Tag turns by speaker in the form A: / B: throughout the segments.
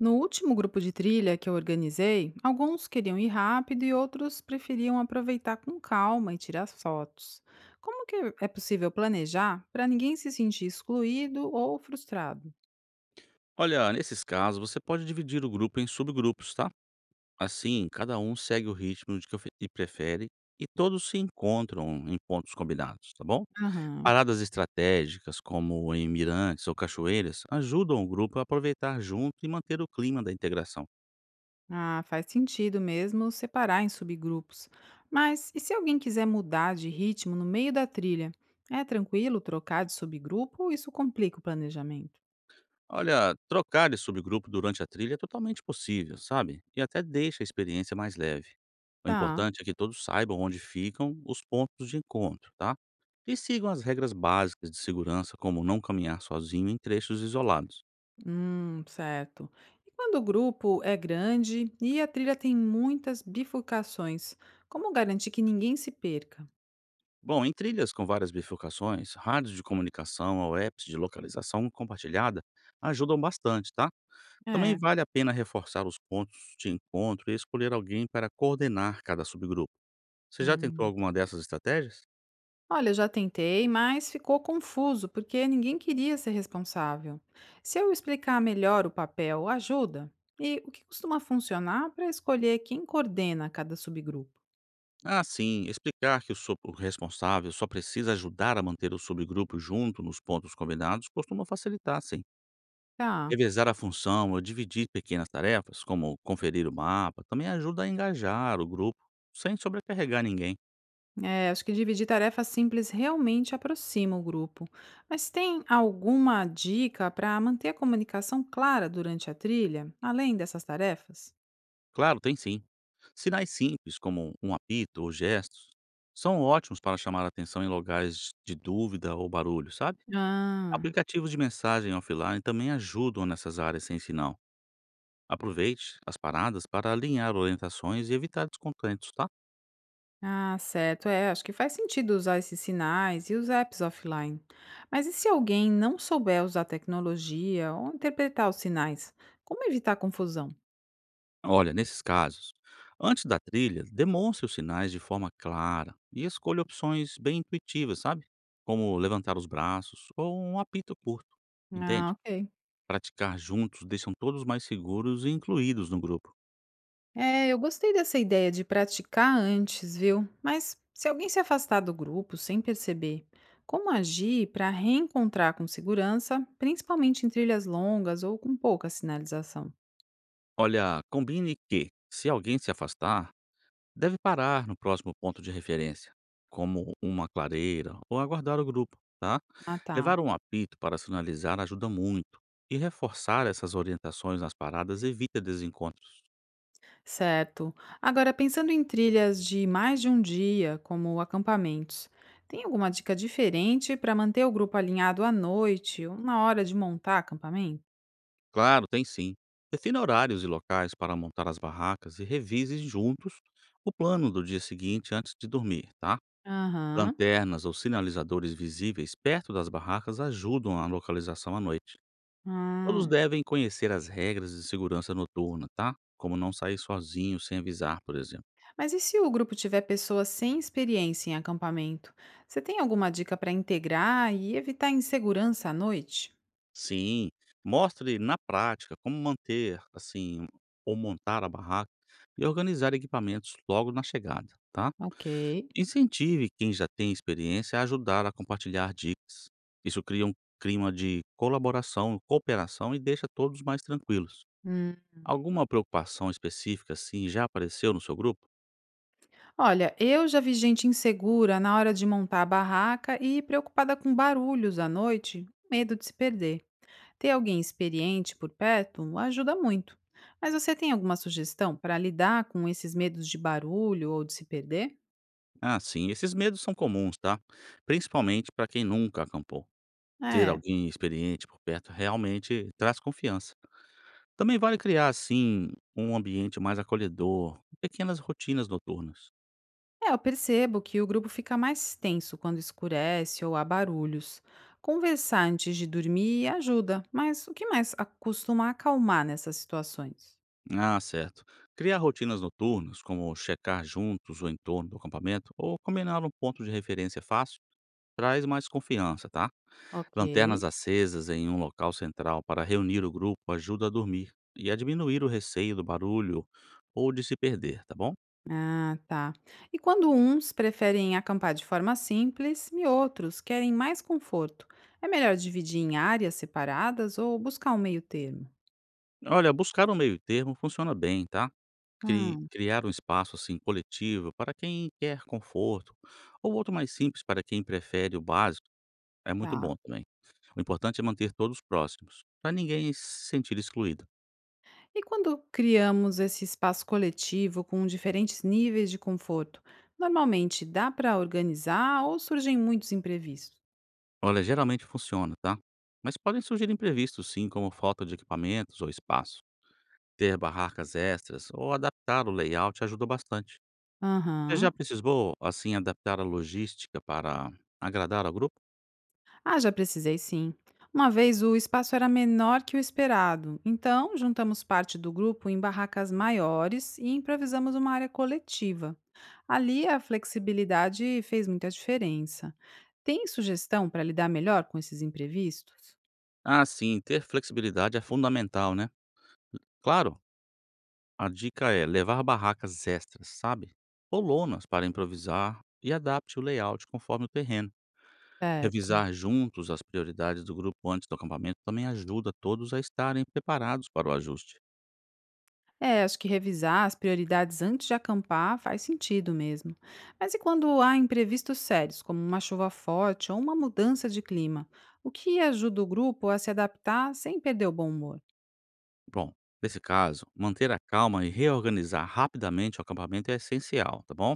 A: No último grupo de trilha que eu organizei, alguns queriam ir rápido e outros preferiam aproveitar com calma e tirar fotos. Como que é possível planejar para ninguém se sentir excluído ou frustrado?
B: Olha, nesses casos, você pode dividir o grupo em subgrupos, tá? Assim, cada um segue o ritmo de que e prefere e todos se encontram em pontos combinados, tá bom?
A: Aham.
B: Paradas estratégicas, como em mirantes ou cachoeiras, ajudam o grupo a aproveitar junto e manter o clima da integração.
A: Ah, faz sentido mesmo separar em subgrupos. Mas e se alguém quiser mudar de ritmo no meio da trilha? É tranquilo trocar de subgrupo ou isso complica o planejamento?
B: Olha, trocar de subgrupo durante a trilha é totalmente possível, sabe? E até deixa a experiência mais leve. O
A: Tá.
B: importante é que todos saibam onde ficam os pontos de encontro, tá? E sigam as regras básicas de segurança, como não caminhar sozinho em trechos isolados.
A: Certo. E quando o grupo é grande e a trilha tem muitas bifurcações, como garantir que ninguém se perca?
B: Bom, em trilhas com várias bifurcações, rádios de comunicação ou apps de localização compartilhada ajudam bastante, tá? Também
A: É.
B: vale a pena reforçar os pontos de encontro e escolher alguém para coordenar cada subgrupo. Você já tentou
A: Hum.
B: alguma dessas estratégias?
A: Olha, eu já tentei, mas ficou confuso porque ninguém queria ser responsável. Se eu explicar melhor o papel, ajuda? E o que costuma funcionar para escolher quem coordena cada subgrupo?
B: Ah, sim, explicar que o responsável só precisa ajudar a manter o subgrupo junto nos pontos combinados costuma facilitar, sim.
A: Tá.
B: Revezar a função ou dividir pequenas tarefas, como conferir o mapa, também ajuda a engajar o grupo sem sobrecarregar ninguém.
A: É, acho que dividir tarefas simples realmente aproxima o grupo. Mas tem alguma dica para manter a comunicação clara durante a trilha, além dessas tarefas?
B: Claro, tem sim. Sinais simples, como um apito ou gestos, são ótimos para chamar a atenção em locais de dúvida ou barulho, sabe?
A: Ah,
B: Aplicativos de mensagem offline também ajudam nessas áreas sem sinal. Aproveite as paradas para alinhar orientações e evitar descontentos, tá?
A: ah, certo. É, acho que faz sentido usar esses sinais e os apps offline. Mas e se alguém não souber usar tecnologia ou interpretar os sinais? Como evitar confusão?
B: Olha, nesses casos, antes da trilha, demonstre os sinais de forma clara e escolha opções bem intuitivas, sabe? Como levantar os braços ou um apito curto,
A: Ah,
B: entende?
A: ok.
B: Praticar juntos deixam todos mais seguros e incluídos no grupo.
A: É, eu gostei dessa ideia de praticar antes, viu? Mas se alguém se afastar do grupo sem perceber, como agir para reencontrar com segurança, principalmente em trilhas longas ou com pouca sinalização?
B: Olha, combine que, se alguém se afastar, deve parar no próximo ponto de referência, como uma clareira ou aguardar o grupo, tá?
A: Ah, tá.
B: Levar um apito para sinalizar ajuda muito e reforçar essas orientações nas paradas evita desencontros.
A: Certo. Agora, pensando em trilhas de mais de um dia, como acampamentos, tem alguma dica diferente para manter o grupo alinhado à noite ou na hora de montar acampamento?
B: Claro, tem sim. Defina horários e locais para montar as barracas e revise juntos o plano do dia seguinte antes de dormir, tá?
A: Aham.
B: Lanternas ou sinalizadores visíveis perto das barracas ajudam a localização à noite. Todos
A: Ah.
B: devem conhecer as regras de segurança noturna, tá? Como não sair sozinho sem avisar, por exemplo.
A: Mas e se o grupo tiver pessoas sem experiência em acampamento? Você tem alguma dica para integrar e evitar insegurança à noite?
B: Sim, mostre na prática como manter, assim, ou montar a barraca e organizar equipamentos logo na chegada, tá?
A: Ok.
B: Incentive quem já tem experiência a ajudar a compartilhar dicas. Isso cria um clima de colaboração, cooperação e deixa todos mais tranquilos.
A: Hum.
B: Alguma preocupação específica assim já apareceu no seu grupo?
A: Olha, eu já vi gente insegura na hora de montar a barraca e preocupada com barulhos à noite, medo de se perder. Ter alguém experiente por perto ajuda muito. Mas você tem alguma sugestão para lidar com esses medos de barulho ou de se perder?
B: Ah, sim, esses medos são comuns, tá? Principalmente para quem nunca acampou. Ter
A: É.
B: alguém experiente por perto realmente traz confiança. Também vale criar, assim, um ambiente mais acolhedor, pequenas rotinas noturnas.
A: É, eu percebo que o grupo fica mais tenso quando escurece ou há barulhos. Conversar antes de dormir ajuda, mas o que mais costuma acalmar nessas situações?
B: Ah, certo. Criar rotinas noturnas, como checar juntos o entorno do acampamento ou combinar um ponto de referência fácil, traz mais confiança, tá?
A: Ok.
B: Lanternas acesas em um local central para reunir o grupo ajuda a dormir e a diminuir o receio do barulho ou de se perder, tá bom?
A: Ah, tá. E quando uns preferem acampar de forma simples e outros querem mais conforto, é melhor dividir em áreas separadas ou buscar um meio termo?
B: Olha, buscar um meio termo funciona bem, tá?
A: Hum,
B: Criar um espaço assim coletivo para quem quer conforto ou outro mais simples para quem prefere o básico é muito bom
A: tá.
B: também. O importante é manter todos próximos, para ninguém se sentir excluído.
A: E quando criamos esse espaço coletivo com diferentes níveis de conforto, normalmente dá para organizar ou surgem muitos imprevistos?
B: Olha, geralmente funciona, tá? Mas podem surgir imprevistos sim, como falta de equipamentos ou espaço. Ter barracas extras ou adaptar o layout ajuda bastante. Você já
A: Aham.
B: precisou, assim, adaptar a logística para agradar ao grupo?
A: Ah, já precisei sim. Uma vez o espaço era menor que o esperado, então juntamos parte do grupo em barracas maiores e improvisamos uma área coletiva. Ali a flexibilidade fez muita diferença. Tem sugestão para lidar melhor com esses imprevistos?
B: Ah, sim, ter flexibilidade é fundamental, né? Claro, a dica é levar barracas extras, sabe? Ou lonas para improvisar e adapte o layout conforme o terreno.
A: Certo.
B: Revisar juntos as prioridades do grupo antes do acampamento também ajuda todos a estarem preparados para o ajuste.
A: É, acho que revisar as prioridades antes de acampar faz sentido mesmo. Mas e quando há imprevistos sérios, como uma chuva forte ou uma mudança de clima? O que ajuda o grupo a se adaptar sem perder o bom humor?
B: Bom, nesse caso, manter a calma e reorganizar rapidamente o acampamento é essencial, tá bom?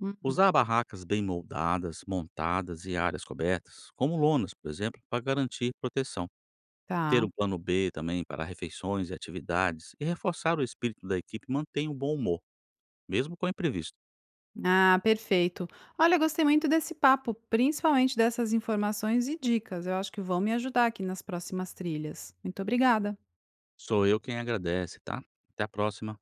A: Uhum.
B: Usar barracas bem moldadas, montadas e áreas cobertas, como lonas, por exemplo, para garantir proteção. Ter
A: Tá.
B: um plano B também para refeições e atividades e reforçar o espírito da equipe mantém o bom humor, mesmo com o imprevisto.
A: Ah, perfeito. Olha, eu gostei muito desse papo, principalmente dessas informações e dicas. Eu acho que vão me ajudar aqui nas próximas trilhas. Muito obrigada.
B: Sou eu quem agradece, tá? Até a próxima.